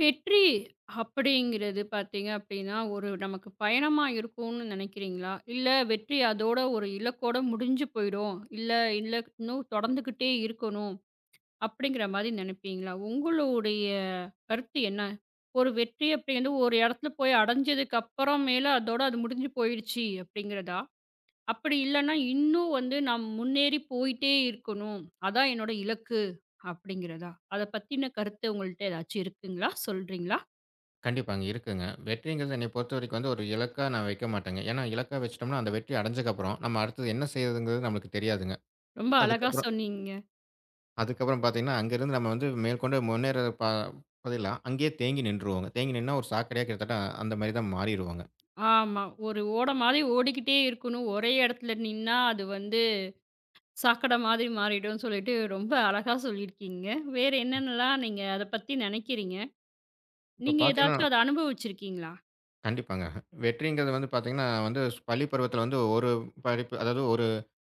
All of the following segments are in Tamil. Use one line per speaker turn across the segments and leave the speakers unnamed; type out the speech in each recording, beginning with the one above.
வெற்றி அப்படிங்கிறது பார்த்தீங்க அப்படின்னா, ஒரு நமக்கு பயணமா இருக்கும்னு நினைக்கிறீங்களா? இல்ல வெற்றி அதோட ஒரு இலக்கோட முடிஞ்சு போயிடும். இல்ல இல்ல இன்னும் தொடர்ந்துகிட்டே இருக்கணும் அப்படிங்கிற மாரி நினைப்பீங்களா? உங்களுடைய கருத்து என்ன? ஒரு வெற்றி அப்படிங்கிறது ஒரு இடத்துல போய் அடைஞ்சதுக்கு அப்புறம் மேல அதோட அது முடிஞ்சு போயிடுச்சு அப்படிங்கிறதா? அப்படி இல்லன்னா இன்னும் வந்து நாம் முன்னேறி போயிட்டே இருக்கணும். அதான் என்னோட இலக்கு அப்படிங்கிறதா? அத பத்தின கருத்து உங்கள்ட்ட ஏதாச்சும் இருக்குங்களா? சொல்றீங்களா?
கண்டிப்பாங்க. இருக்குங்க. வெற்றிங்கிறது என்னைய பொறுத்தவரைக்கும் வந்து ஒரு இலக்கா நான் வைக்க மாட்டேங்க. ஏன்னா இலக்கா வச்சுட்டோம்னா, அந்த வெற்றி அடைஞ்சதுக்கப்புறம், நம்ம அடுத்தது என்ன செய்றதுங்கிறது நம்மளுக்கு தெரியாதுங்க.
ரொம்ப அழகா
அதுக்கப்புறம்
சொன்னீங்க.
அதுக்கப்புறம் பார்த்தீங்கன்னா, அங்கேருந்து நம்ம வந்து மேற்கொண்டு முன்னேற பதிலா, அங்கேயே தேங்கி நின்றுவோங்க. தேங்கி நின்னா ஒரு சாக்கடையா கிட்டத்தட்ட அந்த மாரி தான் மாறிருவோங்க.
ஆமா. ஒரு ஓட மாரி ஓடிக்கிட்டே இருக்கணும். ஒரே இடத்துல நின்னா, அது வந்து சாக்கடை மாதிரி மாறிடும்னு சொல்லிட்டு ரொம்ப அழகா சொல்லியிருக்கீங்க. வேற என்னென்னலாம் நீங்க அத பத்தி நினைக்கிறீங்க?
இப்ப
நீங்க
பார்த்தீங்கன்னா
ஏதாச்சும் அத அனுபவிச்சிருக்கீங்களா?
கண்டிப்பாங்க. வெற்றிங்கிறது வந்து பார்த்தீங்கன்னா, வந்து பள்ளி பருவத்தில வந்து ஒரு படிப்பு அதாவது ஒரு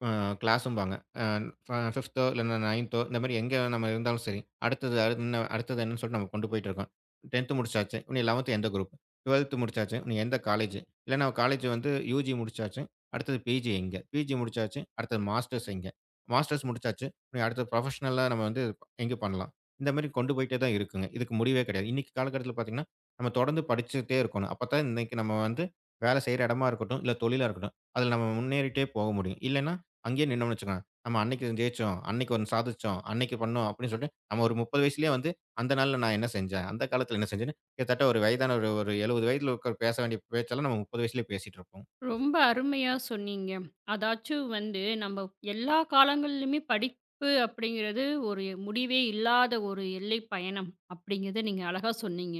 அ கிளாஸும்பாங்க. அ ஃப 5த்தோ இல்லன்னா 9த்தோ இந்த மாரி எங்க நம்ம இருந்தாலும் சரி, அடுத்தது என்னன்னு சொல்லிட்டு நம்ம கொண்டு போயிட்டு இருக்கோம். 10த் முடிச்சாச்சு, இனி 11த் எந்த குரூப்? 12th முடிச்சாச்சு, இனி எந்த காலேஜ்? இல்லன்னா காலேஜ் வந்து யுஜி முடிச்சாச்சு, அடுத்தது பிஜி எங்க? பிஜி முடிச்சாச்சு, அடுத்தது மாஸ்டர்ஸ் எங்க? மாஸ்டர்ஸ் முடிச்சாச்சு, இனி அடுத்தது ப்ரொஃபஷனலா நம்ம வந்து எங்க பண்ணலாம்? இந்த மாரி கொண்டு போயிட்டே தான் இருக்குங்க. இதுக்கு முடிவே கிடையாது. இன்னைக்கு காலகட்டத்தில பார்த்தீங்கன்னா நம்ம தொடர்ந்து படிச்சுட்டே இருக்கணும். அப்பதான் இன்னைக்கு நம்ம வந்து வேலை செய்ற இடமா இருக்கட்டும், இல்ல தொழிலா இருக்கட்டும், அதுல நம்ம முன்னேறிட்டே போக முடியும். இல்லன்னா, அங்கேயே நின்னோம்னு வச்சுக்கோங்க. நம்ம அன்னைக்கு ஜெயிச்சோம், அன்னைக்கு ஒண்ணு சாதிச்சோம், அன்னைக்கு பண்ணோம் அப்படின்னு சொல்லிட்டு, நம்ம ஒரு 30 வயசுலயே வந்து, அந்த நாள்ல நான் என்ன செஞ்சேன்? அந்த காலத்துல என்ன செஞ்சேன்னு, கிட்டத்தட்ட ஒரு வயதான ஒரு ஒரு 70 வயதுல இருக்கிற பேச வேண்டிய பேச்செல்லாம் நம்ம 30 வயசுலயே பேசிட்டு இருப்போம்.
ரொம்ப அருமையா சொன்னீங்க. அதாச்சும் வந்து நம்ம எல்லா காலங்கள்லயுமே படிப்பு அப்படிங்கிறது ஒரு முடிவே இல்லாத ஒரு எல்லை பயணம் அப்படிங்கிறத நீங்க அழகா சொன்னீங்க.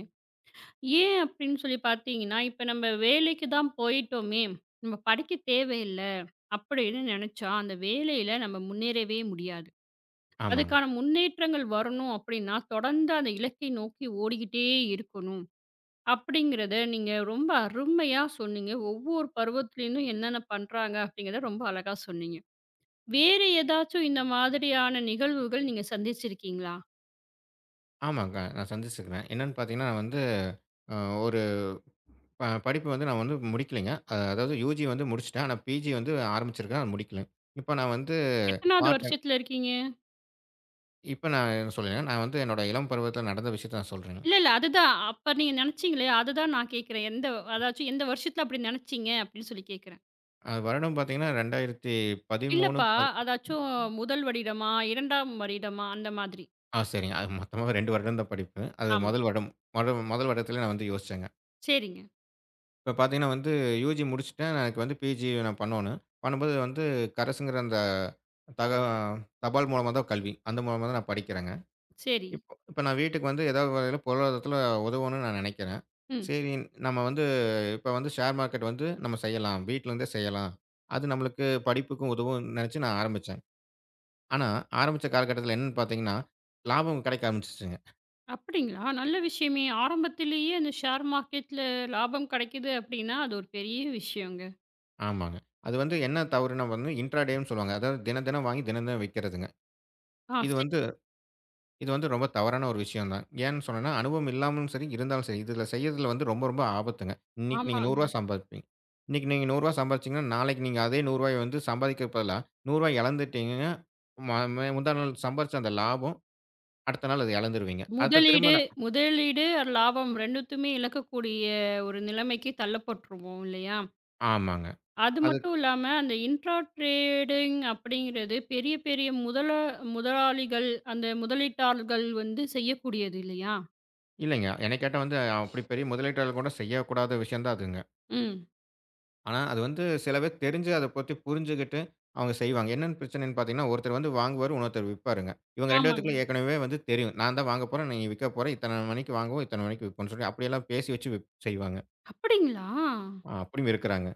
ஏன் அப்படின்னு சொல்லி பார்த்தீங்கன்னா, இப்ப நம்ம வேலைக்கு தான் போயிட்டோமே, நம்ம படிக்க தேவையில்ல. அப்படின்னு நினைச்சா, அந்த வேலையில நம்ம முன்னேறவே முடியாது.
ஆமாங்க.
அதுக்கான முன்னேற்றங்கள் வரணும் அப்படின்னா, தொடர்ந்து அந்த இலக்கை நோக்கி ஓடிக்கிட்டே இருக்கணும். அப்படிங்கிறத நீங்க ரொம்ப அருமையா சொன்னீங்க. ஒவ்வொரு பருவத்திலேருந்தும் என்னென்ன பண்றாங்க அப்படிங்கிறத ரொம்ப அழகா சொன்னீங்க. வேறு ஏதாச்சும் இந்த மாதிரியான நிகழ்வுகள் நீங்க சந்திச்சிருக்கீங்களா?
ஆமாங்க. நான் சந்திச்சிருக்கிறேன். என்னன்னு பார்த்தீங்கன்னா, நான் வந்து அ ஒரு படிப்பு வந்து நான் வந்து முடிக்கலைங்க. அதாவது யுஜி வந்து முடிச்சுட்டேன். ஆனா பிஜி வந்து ஆரம்பிச்சிருக்கேன். அது முடிக்கல. இப்ப நான் வந்து
எத்தனாவது
பார்ட்
வருஷத்துல இருக்கீங்க?
இப்ப நான் என்ன சொல்லலைங்க. நான் வந்து என்னோட இளம் பருவத்தில நடந்த விஷயத்த நான் சொல்றேங்க.
இல்ல, இல்ல. அதுதான். அப்ப நீங்க நினைச்சீங்களே, அதுதான் நான் கேட்கிறேன். எந்த அதாச்சும் எந்த வருஷத்துல அப்படி நினைச்சீங்க அப்படின்னு சொல்லி கேட்கிறேன்.
அது வருடம் பார்த்தீங்கன்னா 2013
இல்லப்பா.
ப
அதாச்சும் முதல் வருடமா? 2ஆம் வருடமா? அந்த மாதிரி.
ஆ சரிங்க. அது மொத்தமா 2 வருடம் தான் படிப்பு. அது
ஆமா.
முதல் வருடம். முதல் வருடத்திலே நான் வந்து யோசிச்சேங்க.
சரிங்க.
இப்ப பார்த்தீங்கன்னா வந்து யுஜி முடிச்சுட்டேன். எனக்கு வந்து பிஜி நான் பண்ணணும். பண்ணும்போது வந்து கரசுங்கிற அந்த தக தபால் மூலமா தான் கல்வி. அந்த மூலமா தான் நான் படிக்கிறேங்க.
சரி.
இப்ப நான் வீட்டுக்கு வந்து ஏதாவது வகையில பொருளாதாரத்தில உதவணும்னு நான் நினைக்கிறேன்.
ம்.
சரி நம்ம வந்து இப்ப வந்து ஷேர் மார்க்கெட் வந்து நம்ம செய்யலாம். வீட்லருந்தே செய்யலாம். அது நம்மளுக்கு படிப்புக்கும் உதவும்னு நினைச்சு நான் ஆரம்பிச்சேன். ஆனா ஆரம்பிச்ச காலகட்டத்தில என்னன்னு பார்த்தீங்கன்னா, லாபம் கிடைக்க ஆரம்பிச்சுருச்சுங்க.
அப்படிங்களா? நல்ல விஷயமே! ஆரம்பத்திலேயே அந்த ஷேர் மார்க்கெட்ல லாபம் கிடைக்குது அப்படின்னா, அது ஒரு பெரிய விஷயங்க.
ஆமாங்க. அது வந்து என்ன தவறுனா வந்து இன்ட்ரா டேன்னு சொல்லுவாங்க. அதாவது தினம் தினம் வாங்கி தினம் தினம் விற்கிறதுங்க.
ஆ
இது
சரி.
வந்து இது வந்து ரொம்ப தவறான ஒரு விஷயம் தான். ஏன்னு சொன்னேன்னா, அனுபவம் இல்லாமலும் சரி, இருந்தாலும் சரி, இதில செய்யிறதுல வந்து ரொம்ப, ரொம்ப ஆபத்துங்க. இன்னைக்கு நீங்க ரூ.
ஆமாங்க.
100 சம்பாதிப்பீங்க. இன்னைக்கு நீங்க ரூ. 100 சம்பாதிச்சீங்கன்னா, நாளைக்கு நீங்க அதே ரூ. 100 வந்து சம்பாதிக்கிறதுக்கு பதிலா, ரூ. 100 இழந்துட்டீங்கன்னா, ம ம முந்தா நாள் சம்பாரிச்ச அந்த லாபம், அடுத்த நாள் அத இழந்துருவீங்க. அடுத்து திரும்ப
முதலீடு
நான்
முதலீடு அது லாபம் 2த்துமே இழக்கக்கூடிய ஒரு நிலைமைக்கு தள்ளப்பட்டுருவோம் இல்லையா?
ஆமாங்க.
அது
அது
மட்டும் இல்லாம, அந்த இன்ட்ரா ட்ரேடிங் அப்படிங்கிறது பெரிய பெரிய முதலாளிகள், அந்த முதலீட்டாளர்கள் வந்து செய்யக்கூடியது இல்லையா?
இல்லைங்க. என்னை கேட்டா வந்து, அப்படி பெரிய முதலீட்டாளர் கூட செய்யக்கூடாத விஷயம் தான் அதுங்க.
ம்.
ஆனா, அது வந்து சில பேர் தெரிஞ்சு அத பத்தி புரிஞ்சுகிட்டு அவங்க செய்வாங்க. என்னன்னு பிரச்சனைன்னு பார்த்தீங்கன்னா, ஒருத்தர் வந்து வாங்குவாரு, இன்னொருத்தர் விப்பாருங்க. இவங்க 2
ஆமாங்க.
பேத்துக்கும் ஏற்கனவே வந்து தெரியும். நான் தான் வாங்க போறேன், நீ விக்க போற. இத்தன மணிக்கு வாங்குவோம், இத்தன மணிக்கு விப்போம்ன்னு சொல்லி அப்படியெல்லாம் பேசி வச்சு விப் செய்வாங்க.
அப்படிங்களா?
அப்படியும் இருக்கிறாங்க.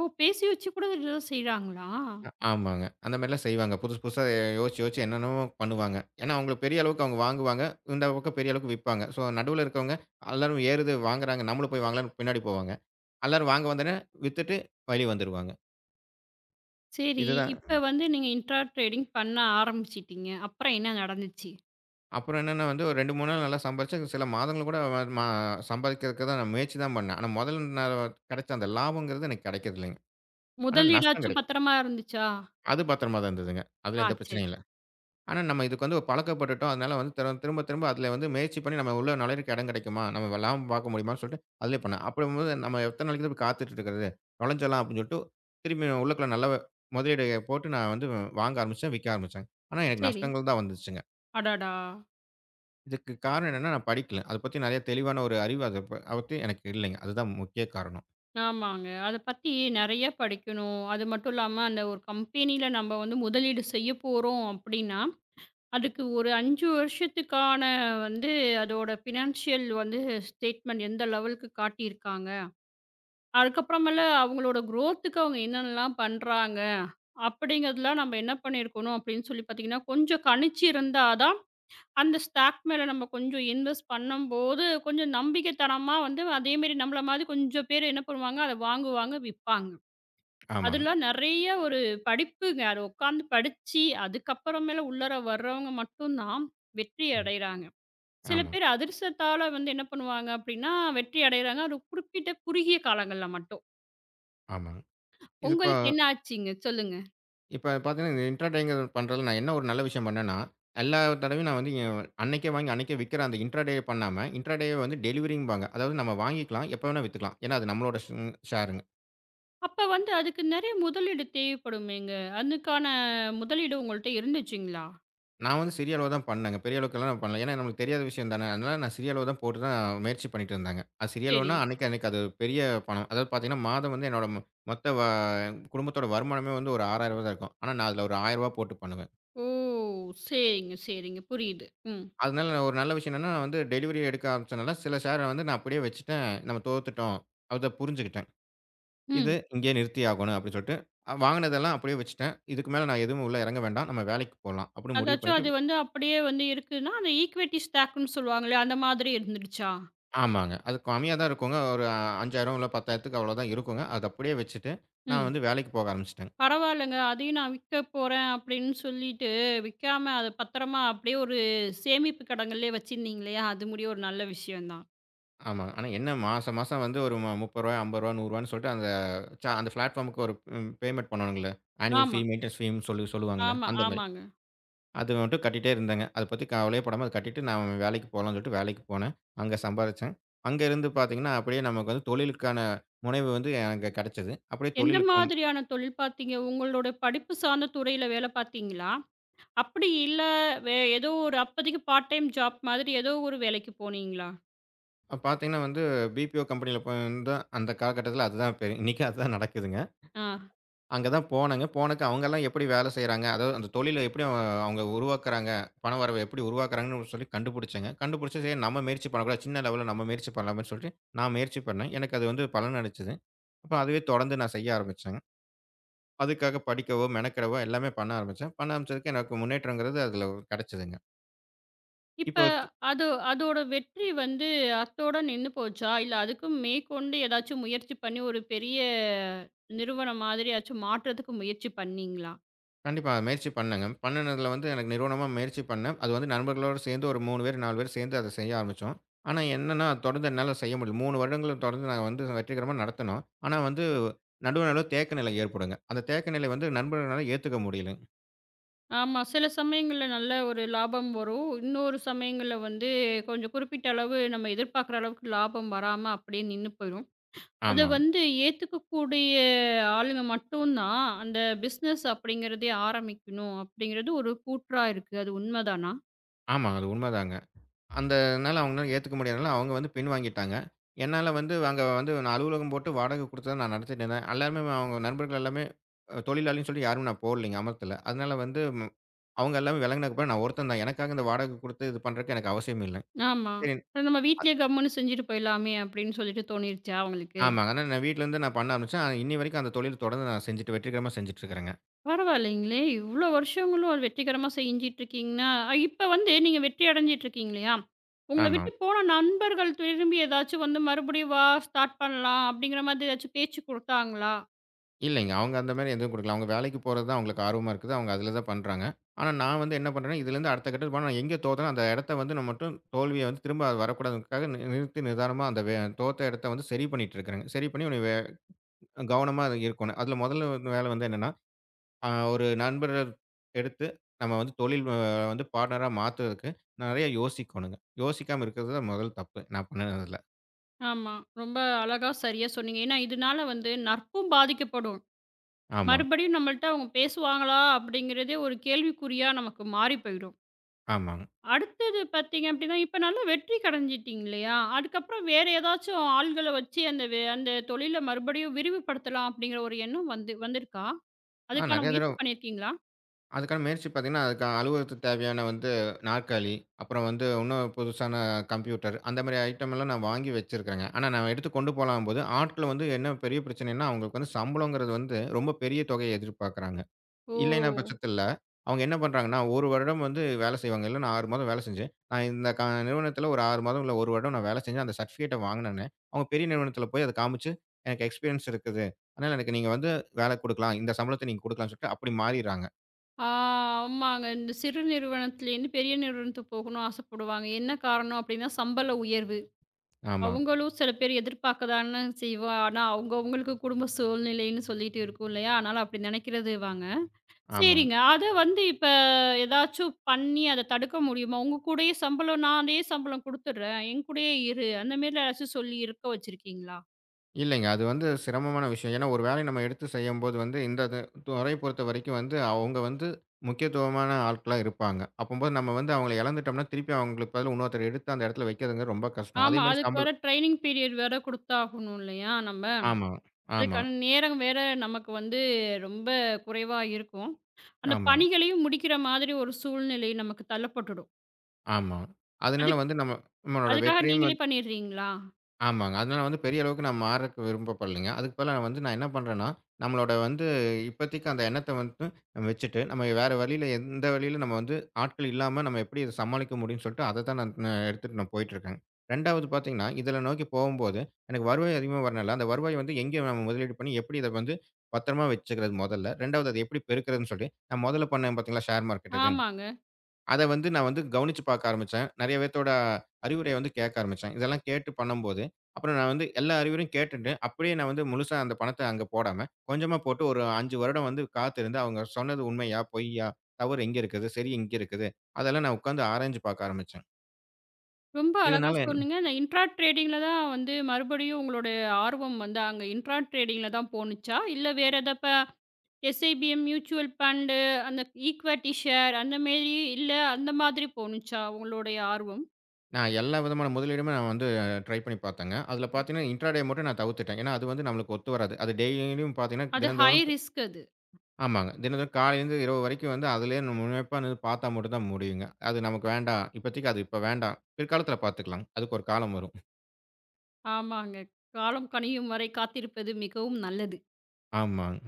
ஓ! பேசி வச்சு கூட இதெல்லாம் செய்றாங்களா?
ஆமாங்க. அந்த மாரிலாம் செய்வாங்க. புதுசு புதுசா யோசிச்சு யோசிச்சு என்னென்னமோ பண்ணுவாங்க. ஏன்னா, அவங்களுக்கு பெரிய அளவுக்கு அவங்க வாங்குவாங்க. இந்த பக்கம் பெரிய அளவுக்கு விப்பாங்க. ஸோ, நடுவுல இருக்கவங்க எல்லாரும் ஏறுது வாங்குறாங்க. நம்மளும் போய் வாங்கலாம்ன்னு பின்னாடி போவாங்க. எல்லாரும் வாங்க வந்தோனே வித்துட்டு வெளிய வந்துருவாங்க.
சரி.
இதுதான்.
இப்ப வந்து நீங்க இன்ட்ரா ட்ரேடிங் பண்ண ஆரம்பிச்சுட்டீங்க. அப்புறம் என்ன நடந்துச்சு?
அப்புறம் என்னன்னா வந்து ஒரு 2, 3 நாள் நல்லா சம்பாரிச்சேன். சில மாதங்கள் கூட வ ம சம்பாதிக்கிறதுக்கு தான் நான் முயற்சி தான் பண்ணேன். ஆனா முதல் நான் கிடைச்ச அந்த லாபம்ங்கிறது எனக்கு கிடைக்கிறது இல்லைங்க. ஆனா நஷ்டம்
முதலீடாச்சும்
கிடைக்குது.
பத்திரமா இருந்துச்சா?
அது பத்திரமா தான் இருந்ததுங்க. அதுல
ஆ
எந்த
சரி,
பிரச்சனையும் இல்ல. ஆனா நம்ம இதுக்கு வந்து பழக்கப்பட்டுட்டோம். அதனால வந்து திரும்ப திரும்ப அதுல வந்து முயற்சி பண்ணி நம்ம உள்ள நுழையறதுக்கு இடம் கிடைக்குமா? நம்ம லாபம் பார்க்க முடியுமான்னு சொல்லிட்டு அதிலயே பண்ணேன். அப்படிங்கும்போது நம்ம எத்தன நாளைக்கு தான் இப்படி காத்துட்டு இருக்கிறது? நுழைஞ்சிடலாம் அப்படின்னு சொல்லிட்டு திரும்பி உள்ளுக்குள்ள நல்ல முதலீடு போட்டு நான் வந்து வாங்க ஆரம்பிச்சேன், விக்க ஆரம்பிச்சேன். ஆனா எனக்கு
சரி.
நஷ்டங்கள் தான் வந்துச்சுங்க.
அடடா!
இதுக்கு காரணம் என்னன்னா, நான் படிக்கல. அத பத்தி நெறைய தெளிவான ஒரு அறிவு அத ப அதை பத்தி எனக்கு இல்லைங்க. அதுதான் முக்கிய காரணம்.
ஆமாங்க. அத பத்தி நெறைய படிக்கணும். அது மட்டும் இல்லாம அந்த ஒரு கம்பெனியில நம்ம வந்து முதலீடு செய்ய போறோம் அப்படின்னா, அதுக்கு ஒரு 5 வருஷத்துக்கான வந்து அதோட ஃபினான்ஷியல் வந்து ஸ்டேட்மெண்ட் எந்த லெவலுக்கு காட்டியிருக்காங்க? அதுக்கப்புறமேல அவங்களோட குரோத்துக்கு அவங்க என்னென்னலாம் பண்றாங்க? அப்படிங்கிறதெல்லாம் நம்ம என்ன பண்ணியிருக்கணும் அப்படின்னு சொல்லி பார்த்தீங்கன்னா, கொஞ்சம் கணிச்சு இருந்தா தான், அந்த ஸ்டாக் மேல நம்ம கொஞ்சம் இன்வெஸ்ட் பண்ணும்போது, கொஞ்சம் நம்பிக்கைத்தனமா வந்து அதேமாரி நம்மள மாதிரி கொஞ்சம் பேர் என்ன பண்ணுவாங்க, அத வாங்குவாங்க, விப்பாங்க.
ஆமாங்க.
அதெல்லாம் நெறைய ஒரு படிப்புங்க. அத உட்காந்து படிச்சு, அதுக்கப்புறமேல உள்ளார வர்றவங்க மட்டும் தான் வெற்றி
ம்.
அடையிறாங்க. சில
ஆமாங்க,
பேர் அதிர்ஷ்டத்தால வந்து என்ன பண்ணுவாங்க அப்படின்னா, வெற்றி அடையிறாங்க. அது குறிப்பிட்ட குறுகிய காலங்கள்ல மட்டும்.
ஆமாங்க. இது இப்ப
உங்களுக்கு என்ன ஆச்சுங்க? சொல்லுங்க.
இப்ப பாத்தீங்கன்னா, இந்த இன்ட்ராடேங்க பண்றதுல நான் என்ன ஒரு நல்ல விஷயம் பண்ணேன்னா, எல்லா தடவையும் நான் வந்து அன்னைக்கே வாங்கி அன்னைக்கே விக்கிற அந்த இன்ட்ராடே பண்ணாம, இன்ட்ராடே வந்து டெலிவரிம்பாங்க. அதாவது நம்ம வாங்கிக்கலாம், எப்ப வேணா வித்துக்கலாம். ஏன்னா அது நம்மளோட ஷேருங்க.
அப்ப வந்து அதுக்கு நெறைய முதலீடு தேவைப்படுமேங்க. அதுக்கான முதலீடு உங்கள்ட்ட இருந்துச்சுங்களா?
நான் வந்து சிறிய அளவு தான் பண்ணேங்க. பெரிய அளவுக்கெல்லாம் நான் பண்ணல. ஏன்னா நம்மளுக்கு தெரியாத விஷயம் தானே. அதனால நான் சிறிய அளவு தான் போட்டு தான் முயற்சி பண்ணிட்டு இருந்தாங்க. அது சிறிய
சரி.
அளவுன்னா அன்னைக்கு அன்னைக்கு அது பெரிய பணம். அதாவது பார்த்தீங்கன்னா, மாதம் வந்து என்னோட மொத்த குடும்பத்தோட வருமானமே வந்து ஒரு ரூ. 6000 தான் இருக்கும். ஆனா நான் அதில ஒரு ரூ. 1000 போட்டு பண்ணுவேன்.
ஓ! சரிங்க, சரிங்க. புரியுது. ம்,
அதனால நான் ஒரு நல்ல விஷயம் என்னன்னா, நான் வந்து டெலிவரி எடுக்க ஆரம்பிச்சனால சில ஷேர வந்து நான் அப்படியே வச்சுட்டேன். நம்ம தோத்துட்டோம். அத புரிஞ்சுக்கிட்டேன். இது
ம்.
இங்கேயே நிறுத்தி ஆகணும் அப்படின்னு சொல்லிட்டு, வாங்கினதெல்லாம் அப்படியே வச்சுட்டேன். இதுக்கு மேல நான் எதுவும் உள்ள இறங்க வேண்டாம். நம்ம வேலைக்கு போலாம் அப்படின்னு முடிவு
அதாச்சும்
பண்ணிட்டு
அது வந்து அப்படியே வந்து இருக்குன்னா, அந்த ஈக்விட்டி ஸ்டாக்ன்னு சொல்லுவாங்களே, அந்த மாதிரி இருந்துடுச்சா?
ஆமாங்க. அது கம்மியா தான் இருக்குங்க. ஒரு 5,000 இல்ல 10,000க்கு அவ்வளோதான் இருக்குங்க. அது அப்படியே வச்சுட்டு, நான்
ம்.
வந்து வேலைக்கு போக ஆரம்பிச்சுட்டேங்க.
பரவாயில்லங்க. அதையும் நான் விக்க போறேன் அப்படின்னு சொல்லிட்டு, விக்காம அத பத்திரமா அப்படியே ஒரு சேமிப்பு கிடங்குலயே வச்சிருந்தீங்க இல்லையா? அது முடிய ஒரு நல்ல விஷயம் தான்.
ஆமாங்க. ஆனா என்ன மாசம் மாசம் வந்து ஒரு ரூ. 30, ரூ. 50, ரூ. 100 சொல்லிட்டு அந்த அந்த பிளாட்ஃபார்முக்கு ஒரு பேமெண்ட் பண்ணுவாங்கள்ல. ஆனுவல் ஃபீ,
ஆமா,
மெயின்டனன்ஸ் ஃபீன்னு சொல்லி சொல்லுவாங்கள்ல.
ஆமா,
அந்த மாரி.
ஆமாங்க.
அது மட்டும் கட்டிட்டே இருந்தேங்க. அத பத்தி கவலையே படாம அத கட்டிட்டு நான் வேலைக்கு போலான்னு சொல்லிட்டு வேலைக்கு போனேன். அங்க சம்பாரிச்சேன். அங்க இருந்து பார்த்தீங்கன்னா, அப்படியே நமக்கு வந்து தொழிலுக்கான முனைவு வந்து எனக்கு கெடைச்சது. அப்படியே
எந்த
தொழிலுக்கு
மாதிரியான தொழில் பார்த்தீங்க? உங்களோட படிப்பு சார்ந்த துறையில வேலை பார்த்தீங்களா? அப்படி இல்ல ஏதோ ஒரு அப்போதைக்கு பார்ட் டைம் ஜாப் மாதிரி ஏதோ ஒரு வேலைக்கு போனீங்களா?
அப்ப பார்த்தீங்கன்னா வந்து, பிபிஓ கம்பெனியில போய் வந்து அந்த காலகட்டத்தில அதுதான் பெ இன்னைக்கும் அதுதான் நடக்குதுங்க.
ஆ.
அங்க தான் போனேங்க. போனக்கு அவங்கலாம் எப்படி வேலை செய்றாங்க? அதாவது அந்த தொழில எப்படி அவங்க அவங்க உருவாக்குறாங்க? பண வரவ எப்படி உருவாக்குறாங்கன்னு சொல்லி கண்டுபிடிச்சேங்க. கண்டுபிடிச்சு சரி நம்ம முயற்சி பண்ணக்கூடாது. சின்ன லெவல்ல நம்ம முயற்சி பண்ணலாமேன்னு சொல்லிட்டு, நான் முயற்சி பண்ணேன். எனக்கு அது வந்து பலன் அளிச்சது. அப்ப அதுவே தொடர்ந்து நான் செய்ய ஆரம்பிச்சேங்க. அதுக்காக படிக்கவோ, மெனக்கெடவோ எல்லாமே பண்ண ஆரம்பிச்சேன். பண்ண ஆரம்பிச்சதுக்கு எனக்கு முன்னேற்றங்கிறது அதில கிடைச்சதுங்க.
இப்ப
இப்போ
அது அதோட வெற்றி வந்து அத்தோட நின்னு போச்சா? இல்ல அதுக்கும் மேற்கொண்டு ஏதாச்சும் முயற்சி பண்ணி ஒரு பெரிய நிறுவனம் மாதிரியாச்சும் மாற்றத்துக்கு முயற்சி பண்ணீங்களா?
கண்டிப்பா. அத முயற்சி பண்ணேங்க. பண்ணுனதுல வந்து எனக்கு நிறுவனமா முயற்சி பண்ணேன். அது வந்து நண்பர்களோட சேர்ந்து ஒரு 3 பேர், 4 பேர் சேர்ந்து அத செய்ய ஆரம்பிச்சோம். ஆனா என்னன்னா, தொடர்ந்து என்னால செய்ய முடியல. 3 வருடங்கள் தொடர்ந்து நாங்க வந்து வெற்றிகரமா நடத்துனோம். ஆனா வந்து நடுவுல நடுவுல தேக்க நிலை ஏற்படுங்க. அந்த தேக்க நிலை வந்து நண்பர்களால ஏத்துக்க முடியல.
ஆமா. சில சமயங்கள்ல நல்ல ஒரு லாபம் வரும். இன்னொரு சமயங்கள்ல வந்து கொஞ்சம் குறிப்பிட்ட அளவு நம்ம எதிர்பார்க்குற அளவுக்கு லாபம் வராம அப்படியே நின்னு போயிரும். அத
ஆமா.
வந்து ஏத்துக்கக்கூடிய ஆளுங்க மட்டும் தான், அந்த பிசினஸ் அப்படிங்கிறதே ஆரம்பிக்கணும் அப்படிங்கிறது ஒரு கூற்றா இருக்கு. அது உண்மதானா?
ஆமா. அது உண்மதாங்க. அந்தனால அவங்கனால ஏத்துக்க முடியாதனால, அவங்க வந்து பின்வாங்கிட்டாங்க. என்னால வந்து அங்க வந்து நான் அலுவலகம் போட்டு வாடகை குடுத்து தான் நான் நடத்திட்டு இருந்தேன். எல்லாருமே அவங்க நண்பர்கள் எல்லாமே தொழிலாளின்னு சொல்லி யாரும் நான் போடலைங்க அமர்த்தல. அதனால வந்து ம் அவங்க எல்லாமே விலகுனதுக்கு அப்புறம் நான் ஒருத்தன் தான். எனக்காக இந்த வாடகை குடுத்து இது பண்றதுக்கு எனக்கு அவசியம் இல்ல.
ஆமா.
சரி.
அது நம்ம வீட்லயே கம்முன்னு செஞ்சுட்டு போயிடலாமே அப்படின்னு சொல்லிட்டு தோணிருச்சா உங்களுக்கு?
ஆமாங்க. ஆனா நான் வீட்ல இருந்து நான் பண்ண ஆரம்பிச்சேன். ஆனா, இன்னி வரைக்கும் அந்த தொழில் தொடர்ந்து நான் செஞ்சுட்டு வெற்றிகரமா செஞ்சுட்டு இருக்கிறேங்க.
பரவாயில்லைங்களே! இவ்வளோ வருஷங்களும் அது வெற்றிகரமா செஞ்சுட்டுருக்கீங்கன்னா, இப்ப வந்து நீங்க வெற்றி அடைஞ்சிட்டுருக்கீங்க இல்லையா? உங்கள
ஆமா.
விட்டு போன நண்பர்கள் திரும்பி ஏதாச்சும் வந்து மறுபடியும் "வா ஸ்டார்ட் பண்ணலாம்" அப்படிங்கிற மாதிரி ஏதாச்சும் பேச்சு குடுத்தாங்களா?
இல்லைங்க. அவங்க அந்த மாரி எதுவும் குடுக்கல. அவங்க வேலைக்கு போறது தான் அவங்களுக்கு ஆர்வமா இருக்குது. அவங்க அதில தான் பண்றாங்க. ஆனா நான் வந்து என்ன பண்றேன்னா, இதுலேருந்து அடுத்த கட்டத்துக்கு போனா நான் எங்க தோத்தேனோ அந்த இடத்த வந்து நான் மட்டும் தோல்விய வந்து திரும்ப அது வரக்கூடாதுங்கிறதுக்காக நிறுத்தி நிதானமா அந்த வே தோத்த இடத்த வந்து சரி பண்ணிட்டு இருக்கிறேங்க. சரி பண்ணி உன்னை கவனமா இருக்கணும். அதில முதல்ல வந்து வேலை வந்து என்னன்னா, ஒரு நண்பர எடுத்து நம்ம வந்து தொழில் வந்து பார்ட்னரா மாத்துறதுக்கு நெறைய யோசிக்கணுங்க. யோசிக்காம இருக்கிறது தான் முதல் தப்பு. நான் பண்ணுனதுல.
ஆமா. ரொம்ப அழகா சரியா சொன்னீங்க. ஏன்னா இதனால வந்து நட்பும் பாதிக்கப்படும்.
ஆமா,
மறுபடியும் நம்மள்ட்ட அவங்க பேசுவாங்களா? அப்படிங்கிறதே ஒரு கேள்விக்குறியா நமக்கு மாறி போயிடும்.
ஆமாங்க.
அடுத்தது பார்த்தீங்க அப்படின்னா, இப்ப நல்லா வெற்றி கடைஞ்சிட்டீங்க இல்லையா? அதுக்கப்புறம் வேற ஏதாச்சும் ஆள்கள வச்சு அந்த அந்த தொழில மறுபடியும் விரிவுபடுத்தலாம் அப்படிங்கிற ஒரு எண்ணம் வந்து வந்திருக்கா?
ஆ
அதுக்கான
நெறைய
முயற்சி
தடவ
பண்ணியிருக்கீங்களா?
அதுக்கான முயற்சி பார்த்தீங்கன்னா, அதுக்கு அலுவலகத்துக்கு தேவையான வந்து நாற்காலி, அப்புறம் வந்து இன்னும் புதுசான கம்ப்யூட்டர் அந்த மாரி ஐட்டம் எல்லாம் நான் வாங்கி வச்சிருக்கிறேங்க. ஆனா நான் எடுத்து கொண்டு போலாம்போது, ஆட்கள் வந்து என்ன பெரிய பிரச்சனைன்னா, அவங்களுக்கு வந்து சம்பளங்கிறது வந்து ரொம்ப பெரிய தொகையை எதிர்பார்க்குறாங்க. இல்லைன்னா
ஓ!
பட்சத்தில, அவங்க என்ன பண்றாங்கன்னா, 1 வருடம் வந்து வேலை செய்வாங்க. இல்ல நான் 6 மாதம் வேலை செஞ்சேன். நான் இந்த நிறுவனத்தில ஒரு 6 மாதம், இல்ல 1 வருடம் நான் வேலை செஞ்சேன். அந்த சர்டிஃபிகேட்ட வாங்குனேனே, அவங்க பெரிய நிறுவனத்தில போய் அத காமிச்சு, எனக்கு எக்ஸ்பீரியன்ஸ் இருக்குது. அதனால எனக்கு நீங்க வந்து வேலை குடுக்கலாம். இந்த சம்பளத்த நீங்க குடுக்கலாம்ன்னு சொல்லிட்டு அப்படி மாறிர்றாங்க.
ஆ ஆமாங்க. இந்த சிறு நிறுவனத்திலேருந்து பெரிய நிறுவனத்துக்கு போகணும்னு ஆசைப்படுவாங்க. என்ன காரணம் அப்படின்னா, சம்பள உயர்வு.
ஆமா.
அவங்களும் சில பேர் எதிர்பார்க்க தானே செய்வா. ஆனா, அவங்க அவங்களுக்கு குடும்ப சூழ்நிலைன்னு சொல்லிட்டு இருக்கும் இல்லையா? அதனால அப்படி நினைக்கிறது வாங்க.
ஆமா.
சரிங்க. அத வந்து இப்ப ஏதாச்சும் பண்ணி அத தடுக்க முடியுமா? உங்க கூடயே சம்பளம் நான் அதே சம்பளம் குடுத்துடுறேன். என் கூடயே இரு. அந்த மாரி ஏதாச்சும் சொல்லி இருக்க வச்சிருக்கீங்களா?
இல்லைங்க. அது வந்து சிரமமான விஷயம். ஏன்னா, ஒரு வேலைய நம்ம எடுத்து செய்யும்போது வந்து, இந்த இது துறைய பொறுத்தவரைக்கும் வந்து, அவங்க வந்து முக்கியத்துவமான ஆட்களா இருப்பாங்க. அப்பம்போது நம்ம வந்து அவங்கள இழந்துட்டோம்னா, திருப்பி அவங்களுக்கு பதிலா இன்னொருத்தர எடுத்து அந்த இடத்துல வைக்கிறதுங்கிறது ரொம்ப கஷ்டம்.
ஆமா.
அதேமாரி
அதுக்கு வேற
சம்பளம்.
ட்ரெய்னிங் பீரியட் வேற குடுத்தாகணும் இல்லையா நம்ம?
ஆமா, ஆமா,
அதுக்கான நேரம் வேற நமக்கு வந்து ரொம்ப குறைவா இருக்கும். அந்த
ஆமா,
பணிகளையும் முடிக்கிற மாதிரி ஒரு சூழ்நிலை நமக்கு தள்ளப்பட்டுடும்.
ஆமா. அதனால
அதுக்
வந்து நம்ம நம்மளோட
அதுக்காக
வெற்றியும்
நீங்களே
வந்து.
பண்ணிடுறீங்களா?
ஆமாங்க. அதனால வந்து பெரிய அளவுக்கு நான் மாறக்கு விரும்பப்படலைங்க. அதுக்கு பதிலா நான் வந்து நான் என்ன பண்றேன்னா, நம்மளோட வந்து இப்போதைக்கு அந்த எண்ணத்த வந்து நம்ம வச்சுட்டு, நம்ம வேற வழியில எந்த வழியில நம்ம வந்து ஆட்கள் இல்லாம நம்ம எப்படி இத சமாளிக்க முடியும்னு சொல்லிட்டு அத தான் நான் நான் எடுத்துட்டு நான் போயிட்டுருக்கேங்க. 2வது பார்த்தீங்கன்னா, இதில நோக்கி போகும்போது எனக்கு வருவாய் அதிகமா வரனால, அந்த வருவாய் வந்து எங்கே நம்ம முதலீடு பண்ணி எப்படி இத வந்து பத்திரமா வச்சுக்கிறது முதல்ல. 2வது அது எப்படி பெருக்கிறதுன்னு சொல்லி, நான் முதல்ல பண்ணேன் பார்த்தீங்களா ஷேர் மார்க்கெட் இது.
ஆமாங்க.
அத வந்து நான் வந்து கவனிச்சு பார்க்க ஆரம்பிச்சேன். நெறைய பேத்தோட அறிவுரைய வந்து கேட்க ஆரம்பிச்சேன். இதெல்லாம் கேட்டு பண்ணும்போது, அப்புறம் நான் வந்து எல்லா அறிவுரையும் கேட்டுட்டு, அப்படியே நான் வந்து முழுசா அந்த பணத்த அங்க போடாம, கொஞ்சமா போட்டு ஒரு 5 வருடம் வந்து காத்திருந்து, அவங்க சொன்னது உண்மையா? பொய்யா? தவறு எங்க இருக்குது? சரி எங்க இருக்குது? அதெல்லாம் நான் உட்காந்து ஆராய்ஞ்சு பார்க்க ஆரம்பிச்சேன்.
ரொம்ப அழகா
இதனால
சொன்னீங்க. நான் இன்ட்ரா ட்ரேடிங்ல தான் வந்து மறுபடியும் உங்களுடைய ஆர்வம் வந்து அங்க இன்ட்ரா ட்ரேடிங்ல தான் போணுச்சா? இல்ல வேற எதா இப்ப எஸ்ஐபிஎம், மியூச்சுவல் ஃபண்டு, அந்த ஈக்விட்டி ஷேர் அந்த மேரி இல்ல அந்த மாதிரி போணுச்சா உங்களுடைய ஆர்வம்?
நான் எல்லா விதமான முதலீடுமே நான் வந்து ட்ரை பண்ணி பார்த்தேங்க. அதுல பார்த்தீங்கன்னா, இன்ட்ராடே மட்டும் நான் தவிர்த்துட்டேன். ஏன்னா, அது வந்து நம்மளுக்கு ஒத்து வராது. அது டெய்லியும் பார்த்தீங்கன்னா,
அது ஹை
தினந்தோறும்
ரிஸ்க் அது.
ஆமாங்க. தினந்தோறும் காலையிலேருந்து இரவு வரைக்கும் வந்து அதிலேயே நம்ம முனைப்பா நின்னு பார்த்தா மட்டும் தான் முடியுங்க. அது நமக்கு வேண்டாம். இப்போதைக்கு அது இப்ப வேண்டாம். பிற்காலத்தில பார்த்துக்கலாம். அதுக்கு ஒரு காலம் வரும்.
ஆமாங்க. காலம் கனியும் வரை காத்திருப்பது மிகவும் நல்லது.
ஆமாங்க.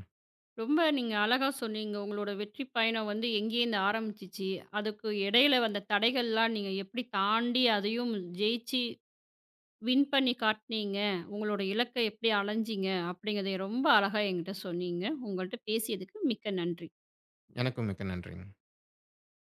ரொம்ப நீங்க அழகா சொன்னீங்க. உங்களோட வெற்றி பயணம் வந்து எங்கேருந்து ஆரம்பிச்சுச்சு? அதுக்கு இடையில வந்த தடைகள்லாம் நீங்க எப்படி தாண்டி அதையும் ஜெயிச்சு வின் பண்ணி காட்டுனீங்க. உங்களோட இலக்க எப்படி அலஞ்சீங்க? அப்படிங்கிறதை ரொம்ப அழகா என்கிட்ட சொன்னீங்க. உங்கள்ட்ட பேசியதுக்கு மிக்க நன்றி.
எனக்கும் மிக்க நன்றிங்க.